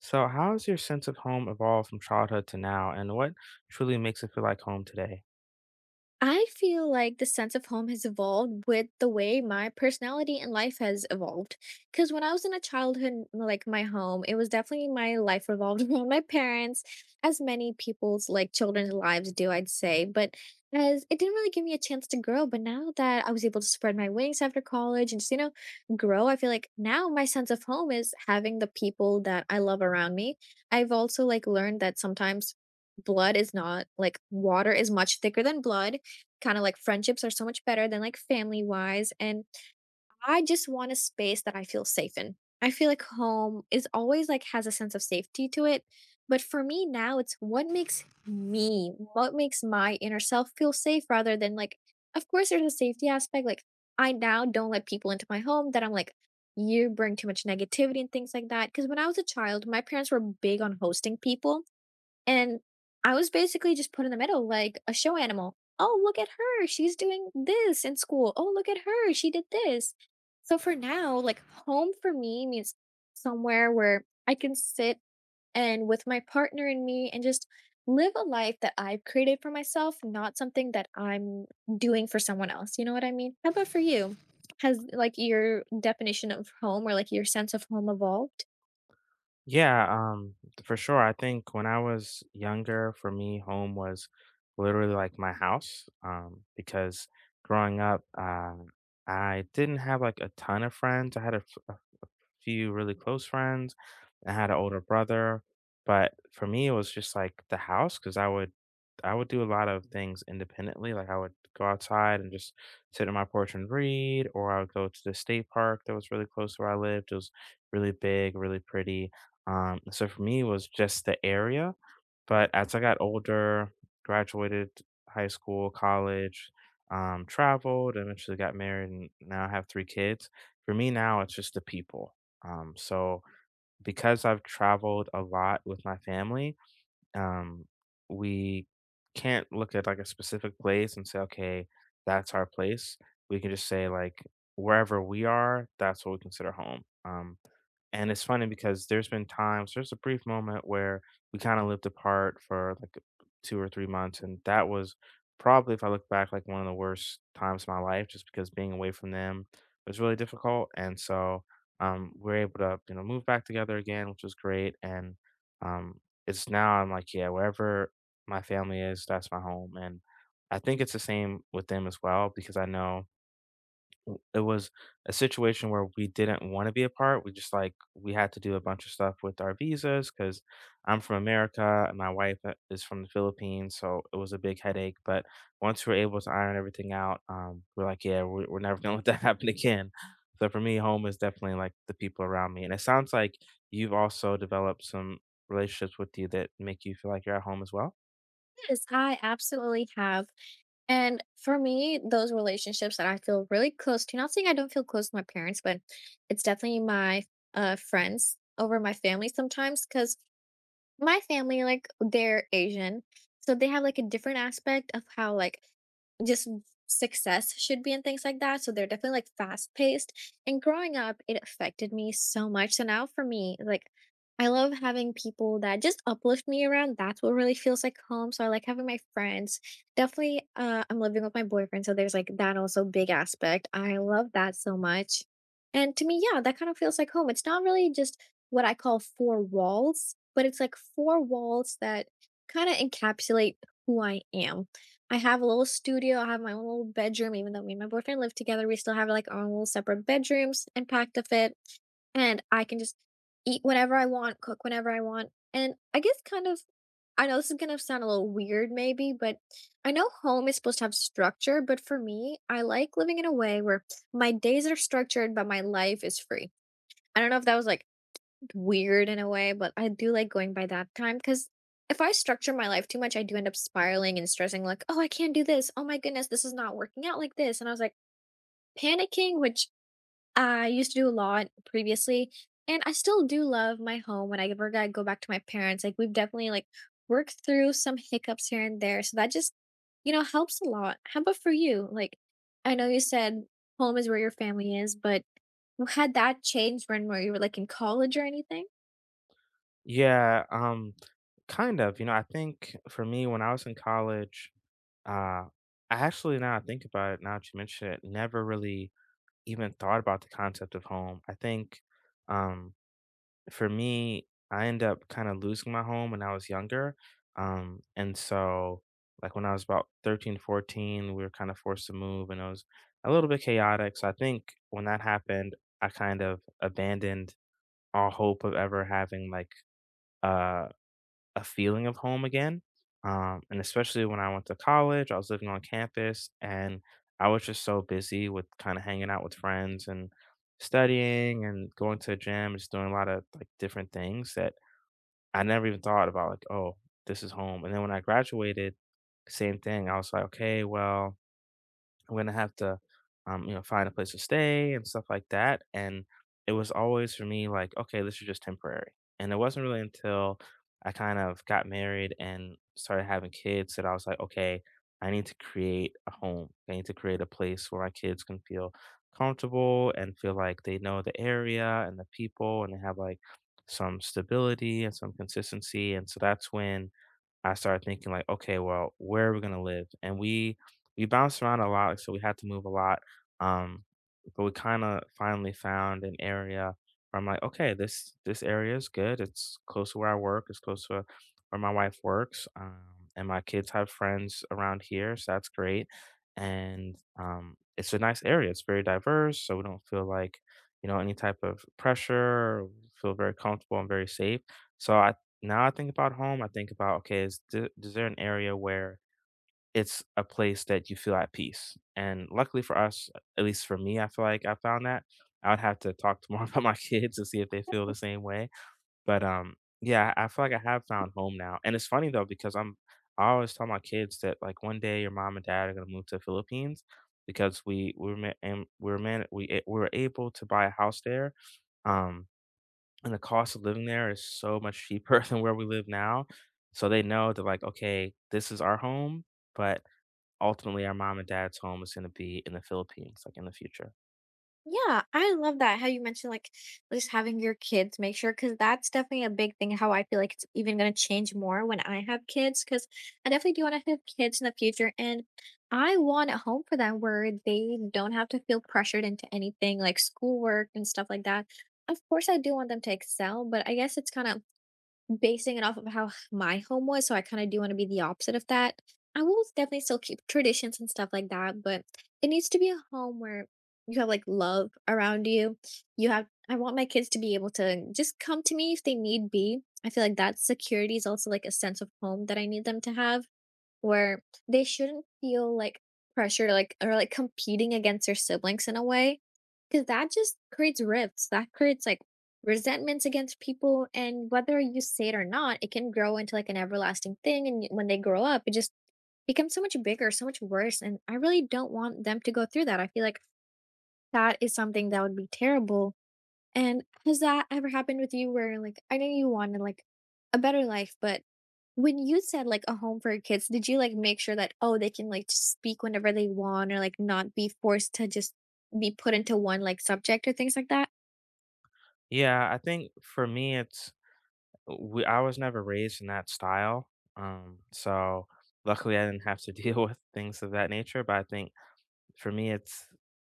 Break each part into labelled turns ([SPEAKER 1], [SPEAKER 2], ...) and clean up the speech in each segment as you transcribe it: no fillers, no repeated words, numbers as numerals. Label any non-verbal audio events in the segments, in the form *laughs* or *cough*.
[SPEAKER 1] So, how has your sense of home evolved from childhood to now, and what truly makes it feel like home today?
[SPEAKER 2] I feel like the sense of home has evolved with the way my personality and life has evolved. Because when I was in a childhood, my home, it was definitely my life revolved *laughs* around my parents, as many people's children's lives do, I'd say. But as it didn't really give me a chance to grow. But now that I was able to spread my wings after college and just, grow, I feel like now my sense of home is having the people that I love around me. I've also learned that sometimes blood is not like water is much thicker than blood. Kinda like friendships are so much better than like family wise, and I just want a space that I feel safe in. I feel like home is always has a sense of safety to it, but for me now it's what makes me, what makes my inner self feel safe rather than like of course there's a safety aspect, like I now don't let people into my home that I'm like, you bring too much negativity and things like that. Cause when I was a child, my parents were big on hosting people, and I was basically just put in the middle like a show animal. "Oh, look at her, she's doing this in school. Oh, look at her, she did this." So for now, like, home for me means somewhere where I can sit and with my partner and me and just live a life that I've created for myself, not something that I'm doing for someone else, you know what I mean? How about for you? Has, like, your definition of home or, like, your sense of home evolved?
[SPEAKER 1] Yeah, for sure. I think when I was younger, for me, home was literally like my house. Because growing up, I didn't have like a ton of friends. I had few really close friends. I had an older brother, but for me, it was just like the house because I would do a lot of things independently. Like I would go outside and just sit on my porch and read, or I would go to the state park that was really close to where I lived. It was really big, really pretty. So for me, it was just the area, but as I got older, graduated high school, college, traveled, eventually got married, and now I have 3 kids. For me now, it's just the people. So because I've traveled a lot with my family, um, we can't look at like a specific place and say, okay, that's our place. We can just say like wherever we are, that's what we consider home. And it's funny because there's been times, there's a brief moment where we kinda lived apart for, like, 2 or 3 months, and that was probably, if I look back, like, one of the worst times of my life just because being away from them was really difficult, and so, we're able to, you know, move back together again, which was great, and, um, it's now I'm like, "Yeah, wherever my family is, that's my home," and I think it's the same with them as well because I know W it was a situation where we didn't wanna be apart, we just, like, we had to do a bunch of stuff with our visas because 'cause I'm from America and my wife, is from the Philippines, so it was a big headache, but once we were able to iron everything out, we're like, "Yeah, we're never gonna let that *laughs* happen again." So for me, home is definitely, like, the people around me, and it sounds like you've also developed some relationships with you that make you feel like you're at home as well?
[SPEAKER 2] Yes, I absolutely have. And for me, those relationships that I feel really close to, not saying I don't feel close to my parents, but it's definitely my friends over my family sometimes because my family, like, they're Asian, so they have, like, a different aspect of how, like, just success should be and things like that, so they're definitely, like, fast-paced, and growing up, it affected me so much, so now for me, like, I love having people that just uplift me around, that's what really feels like home, so I like having my friends. Definitely, I'm living with my boyfriend, so there's, like, that also big aspect, I love that so much, and to me, yeah, that kind of feels like home, it's not really just what I call four walls, but it's like four walls that kind of encapsulate who I am. I have a little studio, I have my own little bedroom, even though me and my boyfriend live together, we still have like our own little separate bedrooms and packed of it. And I can just eat whatever I want, cook whenever I want. And I guess I know this is gonna sound a little weird maybe, but I know home is supposed to have structure, but for me, I like living in a way where my days are structured, but my life is free. I don't know if that was like weird in a way, but I do like going by that time because if I structure my life too much, I do end up spiraling and stressing, like, oh, I can't do this. Oh my goodness, this is not working out like this. And I was like panicking, which I used to do a lot previously. And I still do love my home when I ever go back to my parents. Like, we've definitely worked through some hiccups here and there. So that just, you know, helps a lot. How about for you? Like, I know you said home is where your family is, but had that changed when where you were like in college or anything?
[SPEAKER 1] Yeah, kind of. You know, I think for me, when I was in college, I actually, now I think about it, now that you mention it, never really even thought about the concept of home. I think um, for me, I end up kind of losing my home when I was younger. And so, like when I was about 13, 14, we were kind of forced to move and it was a little bit chaotic. So I think when that happened, I kind of abandoned all hope of ever having like uh a feeling of home again. And especially when I went to college, I was living on campus and I was just so busy with kind of hanging out with friends and studying and going to the gym, just doing a lot of like different things that I never even thought about, like, oh, this is home. And then when I graduated, same thing. I was like, okay, well, I'm gonna have to, you know, find a place to stay and stuff like that. And it was always for me like, okay, this is just temporary. And it wasn't really until I kind of got married and started having kids that I was like, okay, I need to create a home. I need to create a place where my kids can feel comfortable and feel like they know the area and the people and they have like some stability and some consistency. And so that's when I started thinking like, okay, well, where are we gonna live? And we bounced around a lot, so we had to move a lot. Um, but we kind of finally found an area where I'm like, okay, this area is good. It's close to where I work. It's close to where my wife works. And my kids have friends around here, so that's great. And it's a nice area. It's very diverse, so we don't feel like, you know, any type of pressure. We Feel very comfortable and very safe. So I now I think about home, I think about, okay, is there an area where it's a place that you feel at peace? And luckily for us, at least for me, I feel like I found that. I would have to talk to more *laughs* about my kids to see if they feel the same way. But, yeah, I feel like I have found home now. And it's funny though, because I always tell my kids that like one day your mom and dad are gonna move to the Philippines because we were ma and we were man we a we were able to buy a house there. Um and the cost of living there is so much cheaper *laughs* than where we live now. So they know that like, okay, this is our home, but ultimately our mom and dad's home is going to be in the Philippines, like in the future.
[SPEAKER 2] Yeah, I love that, how you mentioned, like, just having your kids make sure, because that's definitely a big thing, how I feel like it's even gonna change more when I have kids, because I definitely do wanna have kids in the future, and I want a home for them where they don't have to feel pressured into anything, like schoolwork and stuff like that. Of course, I do want them to excel, but I guess it's kinda basing it off of how my home was, so I kinda do wanna be the opposite of that. I will definitely still keep traditions and stuff like that, but it needs to be a home where you have, like, love around you. You have I want my kids to be able to just come to me if they need be. I feel like that security is also, like, a sense of home that I need them to have where they shouldn't feel like pressure, like competing against their siblings in a way, because that just creates rifts. That creates like resentments against people, and whether you say it or not, it can grow into like an everlasting thing. And when they grow up, it just becomes so much bigger, so much worse. And I really don't want them to go through that. I feel like that is something that would be terrible. And has that ever happened with you where, like I know you wanted, like, a better life, but when you said, like, a home for your kids, did you, like, make sure that, oh, they can, like, just speak whenever they want or, like, not be forced to just be put into one, like, subject or things like that?
[SPEAKER 1] Yeah, I think for me, it's I was never raised in that style. So luckily I didn't have to *laughs* deal with things of that nature. But I think for me, it's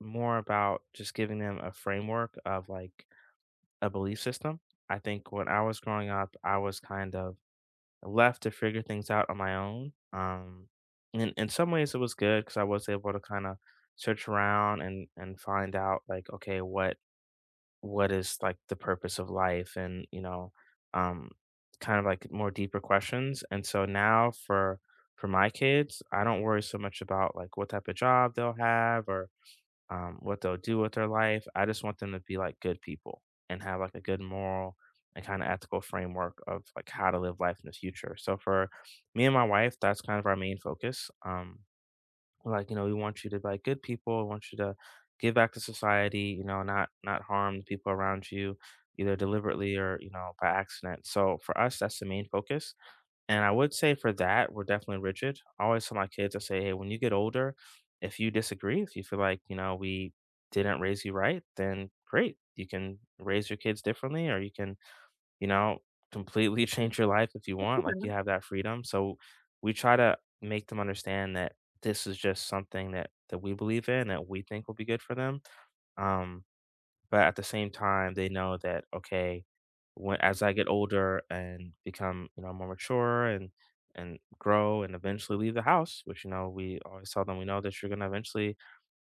[SPEAKER 1] more about just giving them a framework of like a belief system. I think when I was growing up, I was kind of left to figure things out on my own. And in some ways, it was good because I was able to kind of search around and find out like, okay, what is like the purpose of life, and you know, um, kind of like more deeper questions. And so now for my kids, I don't worry so much about like what type of job they'll have or what they'll do with their life. I just want them to be like good people and have like a good moral and kind of ethical framework of like how to live life in the future. So for me and my wife, that's kind of our main focus. We're like, you know, we want you to be like good people. We want you to give back to society. You know, not harm the people around you, either deliberately or you know by accident. So for us, that's the main focus. And I would say for that, we're definitely rigid. I always tell my kids, I say, hey, when you get older, if you disagree, if you feel like, you know, we didn't raise you right, then great. You can raise your kids differently or you can, you know, completely *laughs* change your life if you want. Like you have that freedom. So we try to make them understand that this is just something that we believe in that we think will be good for them. Um but at the same time, they know that, okay, when as I get older and become, you know, more mature and grow and eventually leave the house, which you know, we always tell them we know that you're gonna eventually,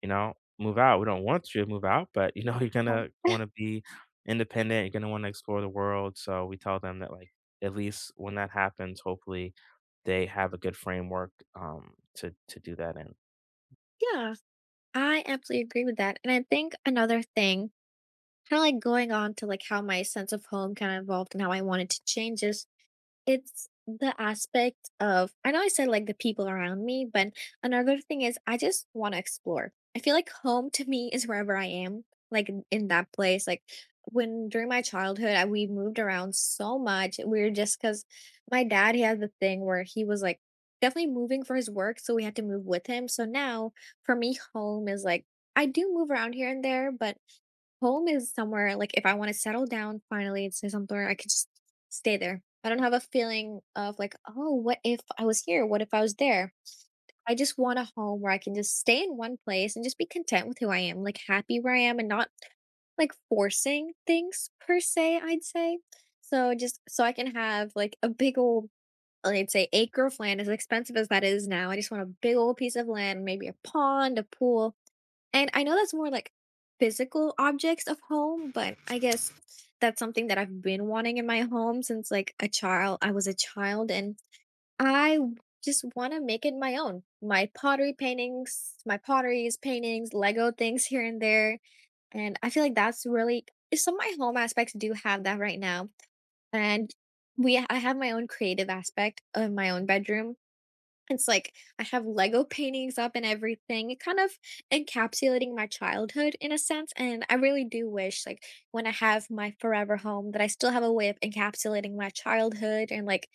[SPEAKER 1] you know, move out. We don't want you to move out, but you know, *laughs* you're gonna
[SPEAKER 2] Okay. *laughs*
[SPEAKER 1] wanna be independent, you're gonna wanna explore the world. So we tell them that like at least when that happens, hopefully they have a good framework to do that in.
[SPEAKER 2] Yeah, I absolutely agree with that, and I think another thing, kinda, like, going on to, like, how my sense of home kinda evolved and how I wanted to change is it's the aspect of I know I said, like, the people around me, but another thing is I just wanna explore. I feel like home to me is wherever I am, like, in that place, like, when during my childhood, I we moved around so much, we were just because my dad, he had the thing where he was, like, definitely moving for his work, so we had to move with him, so now, for me, home is, like I do move around here and there, but home is somewhere, like, if I wanna settle down finally it's somewhere, I could just stay there. I don't have a feeling of like, "Oh, what if I was here? What if I was there?" I just want a home where I can just stay in one place and just be content with who I am, like, happy where I am and not, like, forcing things per se, I'd say. So just so I can have, like, a big old I'd say acre of land, as expensive as that is now, I just want a big old piece of land, maybe a pond, a pool, and I know that's more like physical objects of home, but I guess that's something that I've been wanting in my home since a child. I was a child and I w- just want to make it my own. My potteries, paintings, Lego things here and there. And I feel like that's really some of my home aspects do have that right now. And we I have my own creative aspect of my own bedroom. It's like I have Lego paintings up and everything, kind of encapsulating my childhood in a sense. And I really do wish, like, when I have my forever home, that I still have a way of encapsulating my childhood and like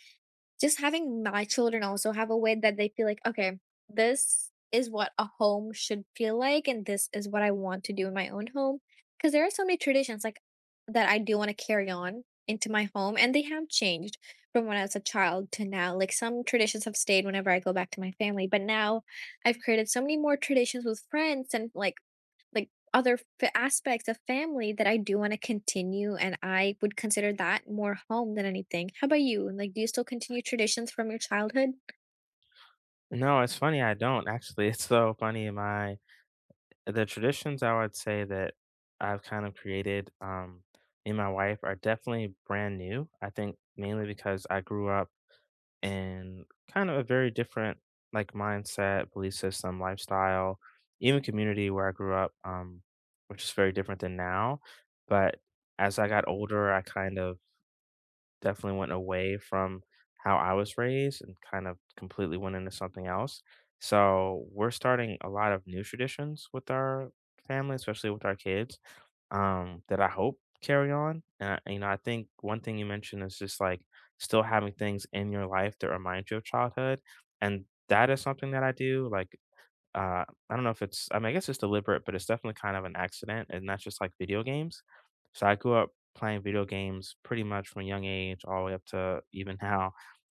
[SPEAKER 2] just having my children also have a way that they feel like, "Okay, this is what a home should feel like, and this is what I want to do in my own home." Because there are so many traditions, like, that I do wanna carry on into my home, and they have changed from when I was a child to now. Like, some traditions have stayed whenever I go back to my family, but now I've created so many more traditions with friends and, like, other aspects of family that I do want to continue, and I would consider that more home than anything. How about you? Like, do you still continue traditions from your childhood?
[SPEAKER 1] No, it's funny, I don't actually. *laughs* It's so funny. My The traditions I would say that I've kind of created, me and my wife are definitely brand new. I think mainly because I grew up in kind of a very different like mindset, belief system, lifestyle, even community where I grew up, which is very different than now. But as I got older, I kind of definitely went away from how I was raised and kind of completely went into something else. So we're starting a lot of new traditions with our family, especially with our kids, that I hope carry on. And I, you know, I think one thing you mentioned is just like still having things in your life that remind you of childhood, and that is something that I do. Like uh, I don't know if it's I mean, I guess it's deliberate, but it's definitely kind of an accident, and that's just, like, video games. So I grew up playing video games pretty much from a young age all the way up to even now,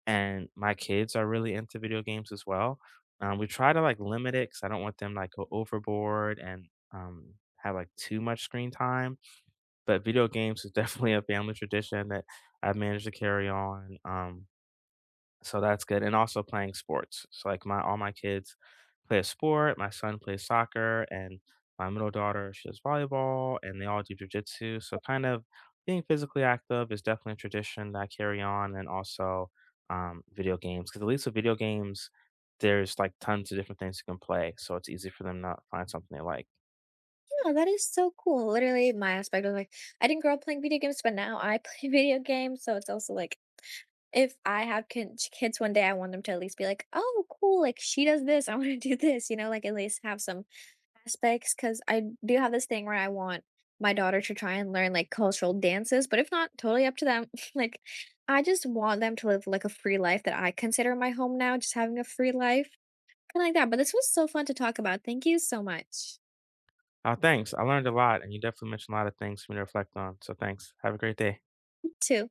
[SPEAKER 1] and my kids are really into video games as well. We try to, like, limit it because I don't want them, like, go overboard and, um, have, like, too much screen time, but video games is *laughs* definitely a family tradition that I've managed to carry on, so that's good, and also playing sports. So, like, my all my kids play a sport, my son plays soccer, and my middle daughter, she does volleyball, and they all do jujitsu. So kind of being physically active is definitely a tradition that I carry on and also, video games. Because at least with video games, there's, like, tons of different things you can play, so it's easy for them to find something they like.
[SPEAKER 2] Yeah, that is so cool. Literally, my aspect of like, I didn't grow up playing video games, but now I play *laughs* video games. So it's also like, if I have kids one day, I want them to at least be like, oh, cool, like she does this. I want to do this, you know, like at least have some aspects because I do have this thing where I want my daughter to try and learn like cultural dances, but if not, totally up to them. *laughs* Like, I just want them to live like a free life that I consider my home now, just having a free life, kind of like that. But this was so fun to talk about. Thank you so much.
[SPEAKER 1] Thanks, I learned a lot, and you definitely mentioned a lot of things for me to reflect on, so thanks. Have a great day.
[SPEAKER 2] You too.